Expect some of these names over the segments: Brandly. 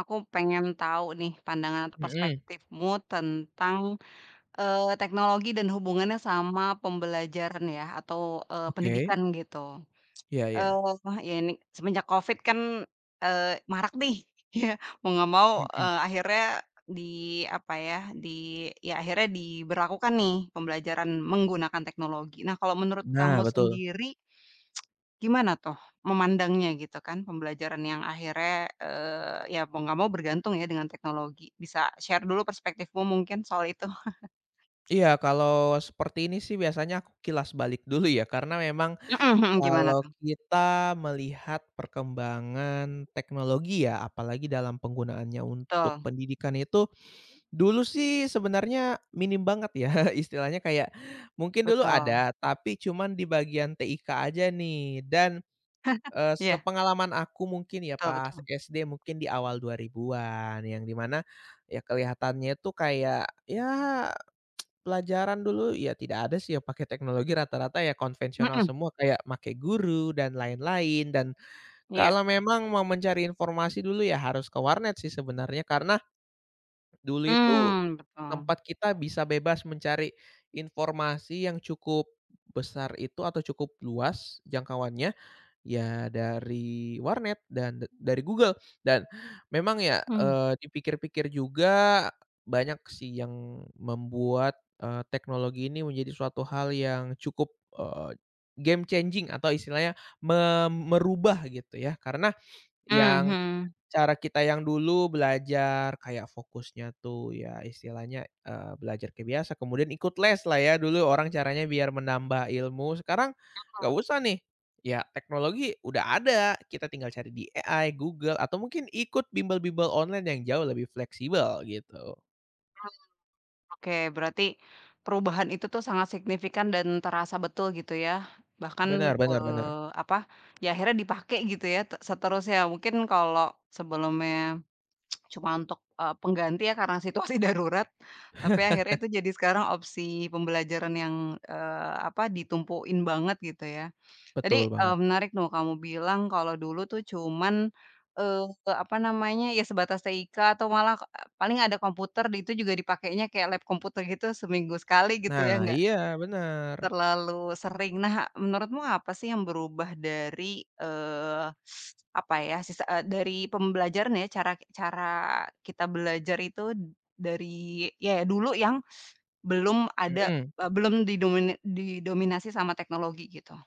Aku pengen tahu nih pandangan atau Mhm. perspektifmu tentang, teknologi dan hubungannya sama pembelajaran ya atau, Oke, pendidikan gitu. iya iya. Eee, Ya ini semenjak Covid kan, marak nih ya mau nggak mau, Mhm. Akhirnya di apa ya, di ya akhirnya diberlakukan nih pembelajaran menggunakan teknologi. Nah kalau menurut Nah, kamu betul. sendiri gimana toh memandangnya gitu kan, pembelajaran yang akhirnya, ya mau nggak mau bergantung ya dengan teknologi. Bisa share dulu perspektifmu mungkin soal itu? Iya, kalau seperti ini sih biasanya aku kilas balik dulu ya, karena memang Mhm mhm, gimana kalau tuh? kita melihat perkembangan teknologi ya, apalagi dalam penggunaannya untuk Betul pendidikan itu, dulu sih sebenarnya minim banget ya. Istilahnya kayak mungkin dulu betul. ada, tapi cuman di bagian TIK aja nih. Dan Iya, sepengalaman aku mungkin ya betul pas betul. SD mungkin di awal 2000-an, yang di mana ya kelihatannya tuh kayak ya pelajaran dulu ya tidak ada sih yang pakai teknologi, rata-rata ya konvensional Mhm, semua kayak make guru dan lain-lain. Dan iya. kalau memang mau mencari informasi dulu ya harus ke warnet sih sebenarnya, karena dulu itu Mmm, betul. tempat kita bisa bebas mencari informasi yang cukup besar itu atau cukup luas jangkauannya. Ya dari warnet dan dari Google. Dan memang ya, Mmm, dipikir-pikir juga banyak sih yang membuat, teknologi ini menjadi suatu hal yang cukup, game changing atau istilahnya merubah gitu ya, karena yang mhm. Cara kita yang dulu belajar kayak fokusnya tuh ya istilahnya, belajar kayak biasa kemudian ikut les lah, ya dulu orang caranya biar menambah ilmu. Sekarang nggak usah nih, ya teknologi udah ada, kita tinggal cari di AI, Google, atau mungkin ikut bimbel-bimbel online yang jauh lebih fleksibel gitu. Oke, berarti perubahan itu tuh sangat signifikan dan terasa betul gitu ya. Bahkan, Benar benar benar. eee, apa, ya akhirnya dipakai gitu ya te seterusnya. Mungkin kalau sebelumnya cuma untuk, pengganti ya karena situasi darurat, tapi akhirnya itu jadi sekarang opsi pembelajaran yang, ditumpuin banget gitu ya. Tadi, Betul banget. menarik tuh kamu bilang kalau dulu tuh cuman, eee, apa namanya, ya sebatas TIK atau malah, paling ada komputer di itu juga dipakainya kayak lab komputer gitu seminggu sekali gitu ya, Nah nggak iya benar, terlalu sering. Nah, menurutmu apa sih yang berubah dari, eee, apa ya, sisa dari pembelajaran ya, cara cara kita belajar itu dari ya ya, dulu yang belum ada, mhm. Belum didominasi sama teknologi gitu?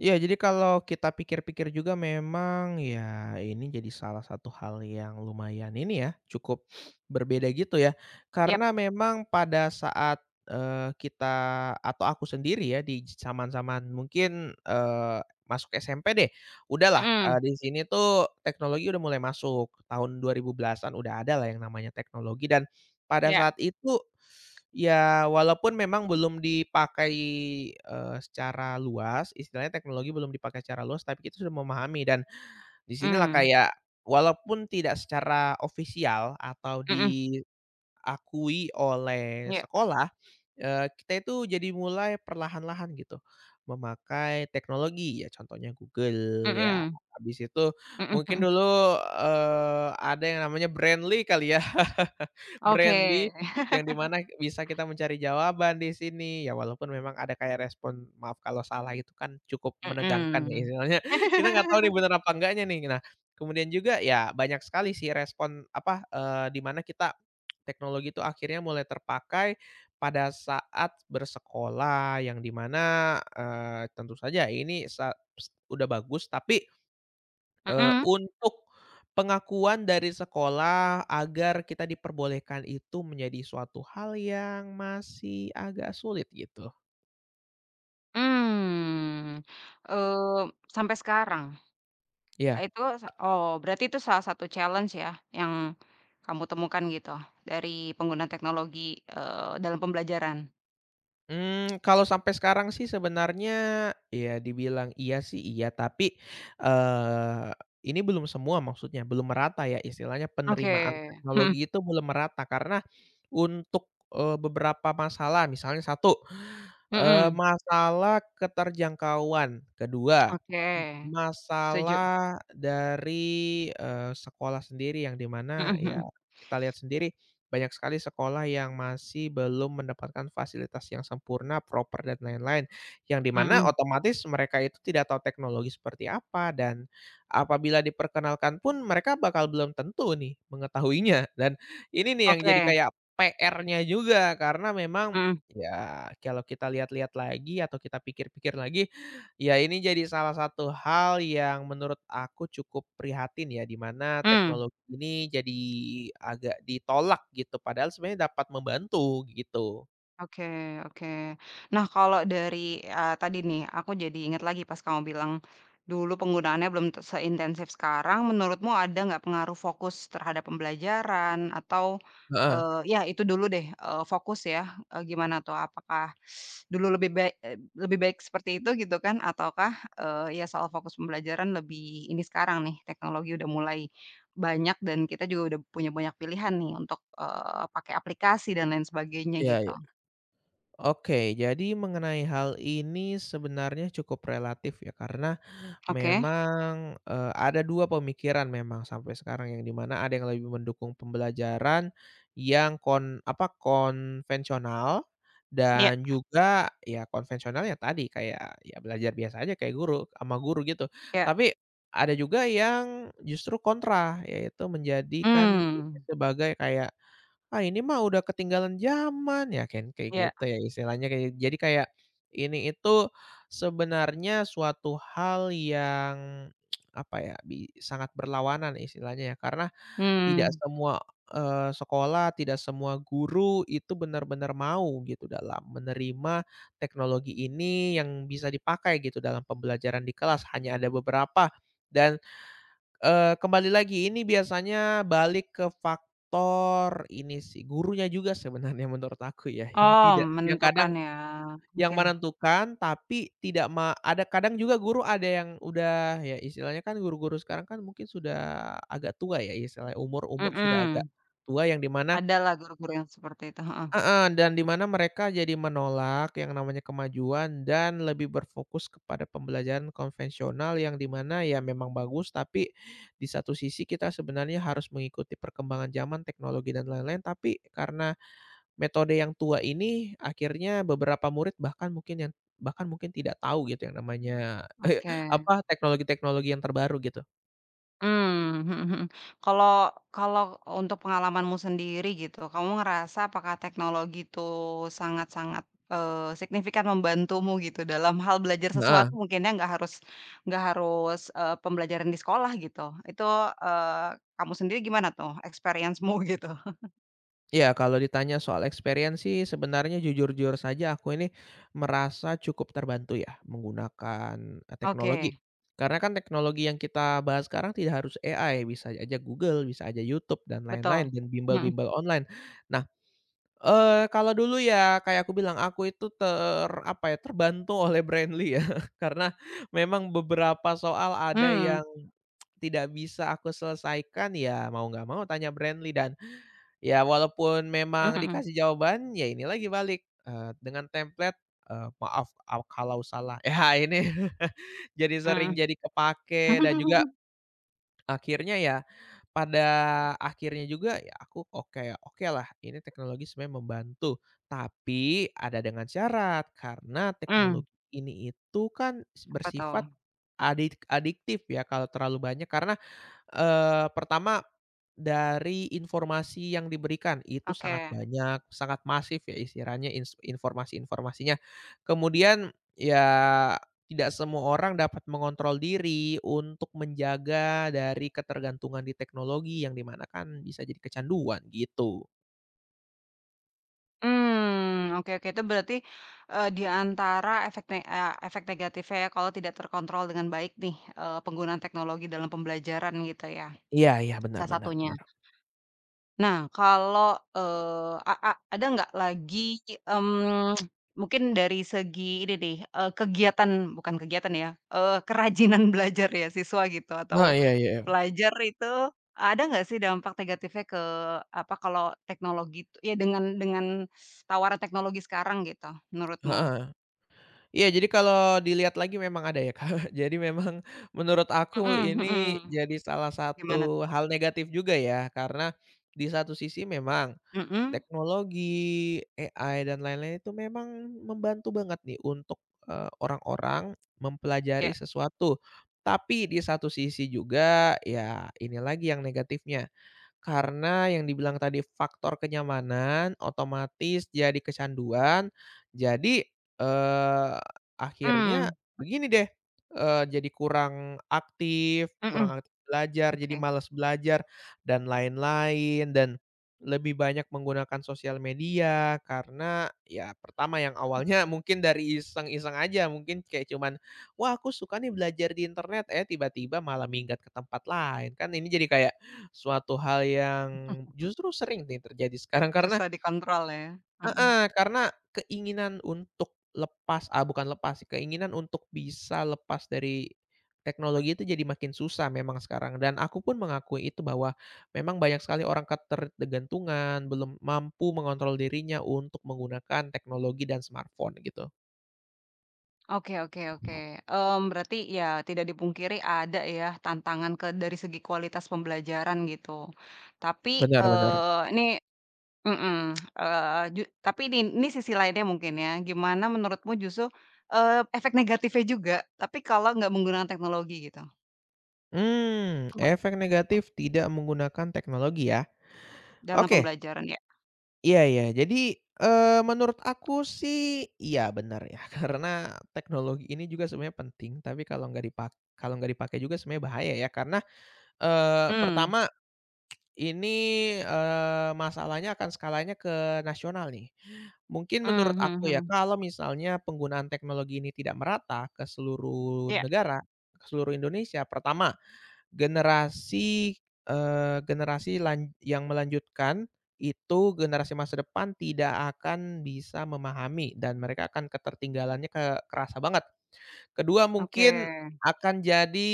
Iya, jadi kalau kita pikir-pikir juga memang ya ini jadi salah satu hal yang lumayan ini ya, cukup berbeda gitu ya. Yap, Karena memang pada saat, kita atau aku sendiri ya di zaman-zaman mungkin, masuk SMP deh, udahlah, mhm, di sini tuh teknologi udah mulai masuk. Tahun 2010-an udah ada lah yang namanya teknologi, dan pada Ya. saat itu ya, walaupun memang belum dipakai, secara luas, istilahnya teknologi belum dipakai secara luas, tapi kita sudah memahami. Dan di sinilah Mmm, kayak walaupun tidak secara ofisial atau mhm, diakui oleh iya, sekolah, kita itu jadi mulai perlahan-lahan gitu memakai teknologi, ya contohnya Google, ya. mhm, Habis itu mhm mungkin mhm. dulu, ada yang namanya Brandly kali ya? Brandly, Oke, yang di mana bisa kita mencari jawaban di sini. Ya walaupun memang ada kayak respon maaf kalau salah, itu kan cukup menegangkan ya mhm. istilahnya, kita nggak tahu nih bener apa enggaknya nih. Nah, kemudian juga ya banyak sekali sih respon apa, di mana teknologi itu akhirnya mulai terpakai pada saat bersekolah, yang di mana, tentu saja ini udah bagus, tapi Mhm, untuk pengakuan dari sekolah agar kita diperbolehkan itu menjadi suatu hal yang masih agak sulit gitu. mmm, eee, sampai sekarang? Iya, Itu sa oh, berarti itu salah satu challenge ya, yang kamu temukan gitu, dari penggunaan teknologi, dalam pembelajaran? Kalau sampai sekarang sih sebenarnya ya dibilang iya sih iya, tapi, eee, ini belum semua maksudnya, belum merata ya istilahnya, Oke, penerimaan teknologi mhm itu belum merata. Karena untuk, beberapa masalah misalnya satu, mhm, masalah keterjangkauan. Kedua, oke. Setuju, masalah dari, sekolah sendiri, yang di mana mhm ya mhm kita lihat sendiri banyak sekali sekolah yang masih belum mendapatkan fasilitas yang sempurna, proper, dan lain-lain. Yang di mana mhm, otomatis mereka itu tidak tahu teknologi seperti apa, dan apabila diperkenalkan pun mereka bakal belum tentu nih mengetahuinya. Dan ini nih yang jadi oke, kayak PR-nya juga, karena memang mhm, ya kalau kita lihat-lihat lagi atau kita pikir-pikir lagi, ya ini jadi salah satu hal yang menurut aku cukup prihatin ya, di mana mmm. teknologi ini jadi agak ditolak gitu, padahal sebenarnya dapat membantu, gitu. Oke oke. Nah, kalau dari, tadi nih, aku jadi ingat lagi pas kamu bilang, dulu penggunaannya belum te seintensif sekarang, menurutmu ada nggak pengaruh fokus terhadap pembelajaran atau, Heeh, ya itu dulu deh, fokus ya, gimana tuh? Apakah dulu lebih baik seperti itu gitu kan? Ataukah, ya soal fokus pembelajaran lebih ini sekarang nih, teknologi udah mulai banyak dan kita juga udah punya banyak pilihan nih untuk, pakai aplikasi dan lain sebagainya iya gitu? iya. Oke, jadi mengenai hal ini sebenarnya cukup relatif ya, karena Oke, memang, ada 2 pemikiran memang sampai sekarang, yang di mana ada yang lebih mendukung pembelajaran yang konvensional, Iya. dan juga ya konvensional ya tadi kayak ya belajar biasa aja kayak guru sama guru gitu. Iya, Tapi ada juga yang justru kontra, yaitu menjadikan ini mmm, sebagai kayak, "Ah, ini mah udah ketinggalan zaman, ya kan," kayak Iya. gitu ya istilahnya, kayak jadi kayak ini itu sebenarnya suatu hal yang apa ya, sangat berlawanan istilahnya ya, karena tidak Mhm, semua, sekolah, tidak semua guru itu benar-benar mau gitu dalam menerima teknologi ini yang bisa dipakai gitu dalam pembelajaran di kelas, hanya ada beberapa. Dan kembali lagi ini biasanya balik ke faktor ini sih, gurunya juga sebenarnya, menurut aku ya, yang oh tidak yang kadang menentukan ya, yang oke, menentukan, tapi tidak ada kadang juga guru ada yang udah, ya istilahnya kan guru-guru sekarang kan mungkin sudah agak tua ya, istilahnya umur umur sudah agak Mhm, tua, yang di mana adalah guru-guru yang seperti itu, heeh. heeh, dan di mana mereka jadi menolak yang namanya kemajuan dan lebih berfokus kepada pembelajaran konvensional, yang di mana ya memang bagus, tapi di satu sisi kita sebenarnya harus mengikuti perkembangan zaman, teknologi dan lain-lain. Tapi karena metode yang tua ini, akhirnya beberapa murid bahkan mungkin yang bahkan mungkin tidak tahu gitu yang namanya, Oke, apa, teknologi-teknologi yang terbaru gitu. mmm, mhm mhm, kalau kalau untuk pengalamanmu sendiri gitu, kamu ngerasa apakah teknologi itu sangat-sangat, signifikan membantumu gitu dalam hal belajar Heeh. sesuatu mungkin ya, nggak harus, pembelajaran di sekolah gitu, itu, kamu sendiri gimana tuh experience-mu gitu? Iya, kalau ditanya soal experience sih sebenarnya jujur-jujur saja aku ini merasa cukup terbantu ya menggunakan, teknologi. Oke. Karena kan teknologi yang kita bahas sekarang tidak harus AI, bisa aja Google, bisa aja YouTube dan Betul, lain-lain, dan mhm, bimbel-bimbel online. Nah, kalau dulu ya kayak aku bilang, aku itu terbantu oleh brandly ya, karena memang beberapa soal ada mmm, yang tidak bisa aku selesaikan, ya mau nggak mau tanya Brandly, dan ya walaupun memang mhm dikasih jawaban, ya ini lagi balik, dengan template, "Maaf, aw kalau salah." Ya ini jadi sering mhm, jadi kepake. Dan juga mmm, akhirnya ya, pada akhirnya juga ya aku oke, okelah ini teknologi sebenarnya membantu, tapi ada dengan syarat, karena teknologi ini itu kan apa tuh? bersifat adiktif ya kalau terlalu banyak. Karena pertama, dari informasi yang diberikan itu sangat Oke, banyak, sangat masif ya istilahnya, informasi-informasinya. Kemudian ya tidak semua orang dapat mengontrol diri untuk menjaga dari ketergantungan di teknologi, yang di mana kan bisa jadi kecanduan gitu. mmm, oke oke itu berarti, di antara efek ne efek negatifnya ya kalau tidak terkontrol dengan baik nih, penggunaan teknologi dalam pembelajaran gitu ya, Iya iya, benar salah benar satunya. benar. Nah, kalau, a a ada nggak lagi, mmm, mungkin dari segi ini deh, kegiatan bukan kegiatan ya, kerajinan belajar ya siswa gitu atau Heeh, iya iya, pelajar itu, ada nggak sih dampak negatifnya ke apa, kalau teknologi itu ya dengan tawaran teknologi sekarang gitu, menurutmu? heeh. Iya, jadi kalau dilihat lagi memang ada ya, Kak. Jadi memang menurut aku Mhm ini mhm. jadi salah Gimana? satu hal negatif juga ya, karena di satu sisi memang Mhm? teknologi, AI, dan lain-lain itu memang membantu banget nih untuk, orang-orang mempelajari Ya. sesuatu. Tapi di satu sisi juga, ya ini lagi yang negatifnya. Karena yang dibilang tadi faktor kenyamanan, otomatis jadi kecanduan, jadi, eee, akhirnya Mmm, begini deh, jadi kurang aktif mhm, kurang aktif belajar, jadi oke. malas belajar dan lain-lain, dan lebih banyak menggunakan sosial media. Karena ya pertama yang awalnya mungkin dari iseng-iseng aja, mungkin kayak cuman, "Wah aku suka nih belajar di internet," eh tiba-tiba malah minggat ke tempat lain, kan ini jadi kayak suatu hal yang justru sering nih terjadi sekarang, karena Susah dikontrol ya? Mhm. heeh, karena keinginan untuk lepas, ah, bukan lepas sih, keinginan untuk bisa lepas dari teknologi itu jadi makin susah memang sekarang, dan aku pun mengakui itu bahwa memang banyak sekali orang ketergantungan, belum mampu mengontrol dirinya untuk menggunakan teknologi dan smartphone gitu. Oke oke oke, mmm, berarti ya tidak dipungkiri ada ya tantangan ke dari segi kualitas pembelajaran gitu. Tapi, Benar benar. eee, ini mhm, ju tapi ini sisi lainnya mungkin ya, gimana menurutmu justru, efek negatifnya juga, tapi kalau nggak menggunakan teknologi gitu, Mmm, ama efek negatif tidak menggunakan teknologi ya. dalam Oke. pembelajaran ya? Iya iya. Jadi, menurut aku sih iya benar ya, karena teknologi ini juga sebenarnya penting, tapi kalau nggak dipak kalau nggak dipakai juga sebenarnya bahaya ya. Karena, Hmm pertama ini, masalahnya akan skalanya ke nasional nih. Mungkin hmm menurut hmm. aku ya, Mhm. kalau misalnya penggunaan teknologi ini tidak merata ke seluruh Iya, negara, ke seluruh Indonesia, pertama, generasi, generasi lan yang melanjutkan itu generasi masa depan tidak akan bisa memahami, dan mereka akan ketertinggalannya kerasa banget. Kedua mungkin oke. akan jadi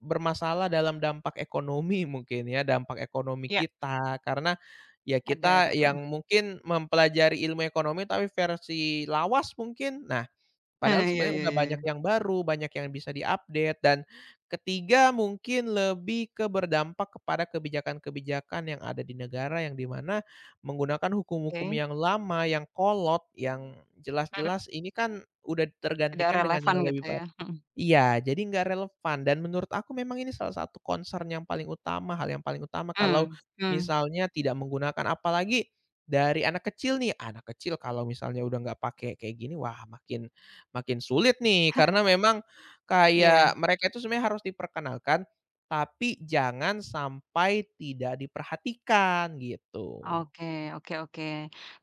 bermasalah dalam dampak ekonomi, mungkin ya, dampak ekonomi Ya kita, karena ya kita ada, mhm. yang mungkin mempelajari ilmu ekonomi tapi versi lawas mungkin. Nah, padahal Iya iya sebenarnya udah iya banyak iya. yang baru, banyak yang bisa di-update. Dan ketiga mungkin lebih ke berdampak kepada kebijakan-kebijakan yang ada di negara, yang di mana menggunakan hukum-hukum Oke, yang lama, yang kolot, yang mhm, jelas-jelas ini kan udah tidak tergantikan dengan relevan yang gitu lebih ya? Mhm, iya, jadi nggak relevan. Dan menurut aku memang ini salah satu concern yang paling utama, hal yang paling utama kalau hmm. Mmm, misalnya tidak menggunakan, apalagi dari anak kecil nih. Anak kecil kalau misalnya udah nggak pakai kayak gini, wah makin makin sulit nih, karena memang kayak iya. mereka itu sebenarnya harus diperkenalkan, tapi jangan sampai tidak diperhatikan gitu, Oke oke oke.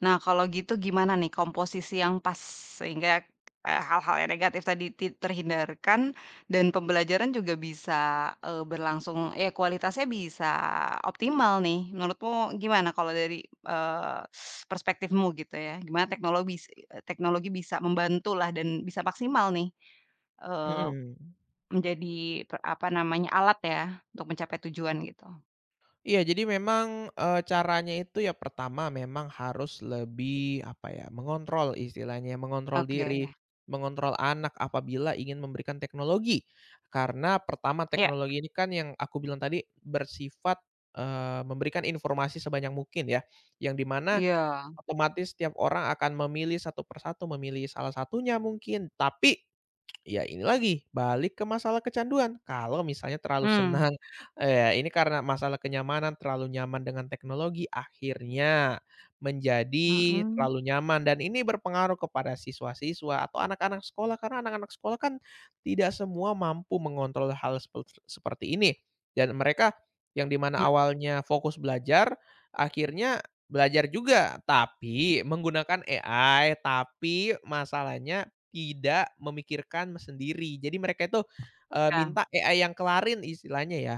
Nah, kalau gitu gimana nih komposisi yang pas sehingga, hal-hal yang negatif tadi ti terhindarkan dan pembelajaran juga bisa, berlangsung ya kualitasnya bisa optimal nih, menurutmu gimana kalau dari, perspektifmu gitu ya, gimana teknologi teknologi bisa membantu lah dan bisa maksimal nih, eee, mhm. menjadi pe apa namanya, alat ya untuk mencapai tujuan gitu? Iya, jadi memang, caranya itu ya pertama memang harus lebih, apa ya, mengontrol istilahnya, mengontrol diri, Oke. mengontrol anak apabila ingin memberikan teknologi. Karena pertama Ya, teknologi ini kan yang aku bilang tadi bersifat, memberikan informasi sebanyak mungkin ya, yang dimana iya. otomatis setiap orang akan memilih satu persatu, memilih salah satunya mungkin. Tapi ya ini lagi, balik ke masalah kecanduan. Kalau misalnya terlalu Hmm. senang, ini karena masalah kenyamanan, terlalu nyaman dengan teknologi, akhirnya menjadi Mhm, terlalu nyaman, dan ini berpengaruh kepada siswa-siswa atau anak-anak sekolah, karena anak-anak sekolah kan tidak semua mampu mengontrol hal seperti ini. Dan mereka yang dimana mhm, awalnya fokus belajar, akhirnya belajar juga, tapi menggunakan AI, tapi masalahnya tidak memikirkan sendiri. Jadi mereka itu, iya. minta AI yang kelarin istilahnya ya,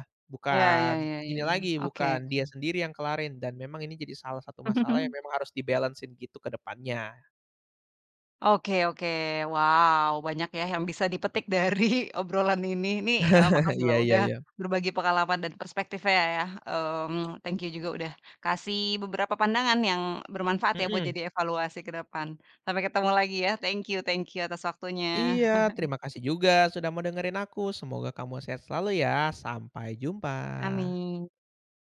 Iya iya bukan iya iya ini iya. lagi, Oke. bukan dia sendiri yang kelarin. Dan memang ini jadi salah satu masalah yang memang harus di gitu ke depannya. Oke oke. Wow, banyak ya yang bisa dipetik dari obrolan ini. Nih, makasih Iya lah iya udah iya. berbagi pengalaman dan perspektifnya ya, ya. Mmm, thank you juga udah kasih beberapa pandangan yang bermanfaat ya buat Mhm. jadi evaluasi ke depan. Sampai ketemu lagi ya. Thank you atas waktunya. Iya, terima kasih juga sudah mau dengerin aku. Semoga kamu sehat selalu ya. Sampai jumpa. Amin.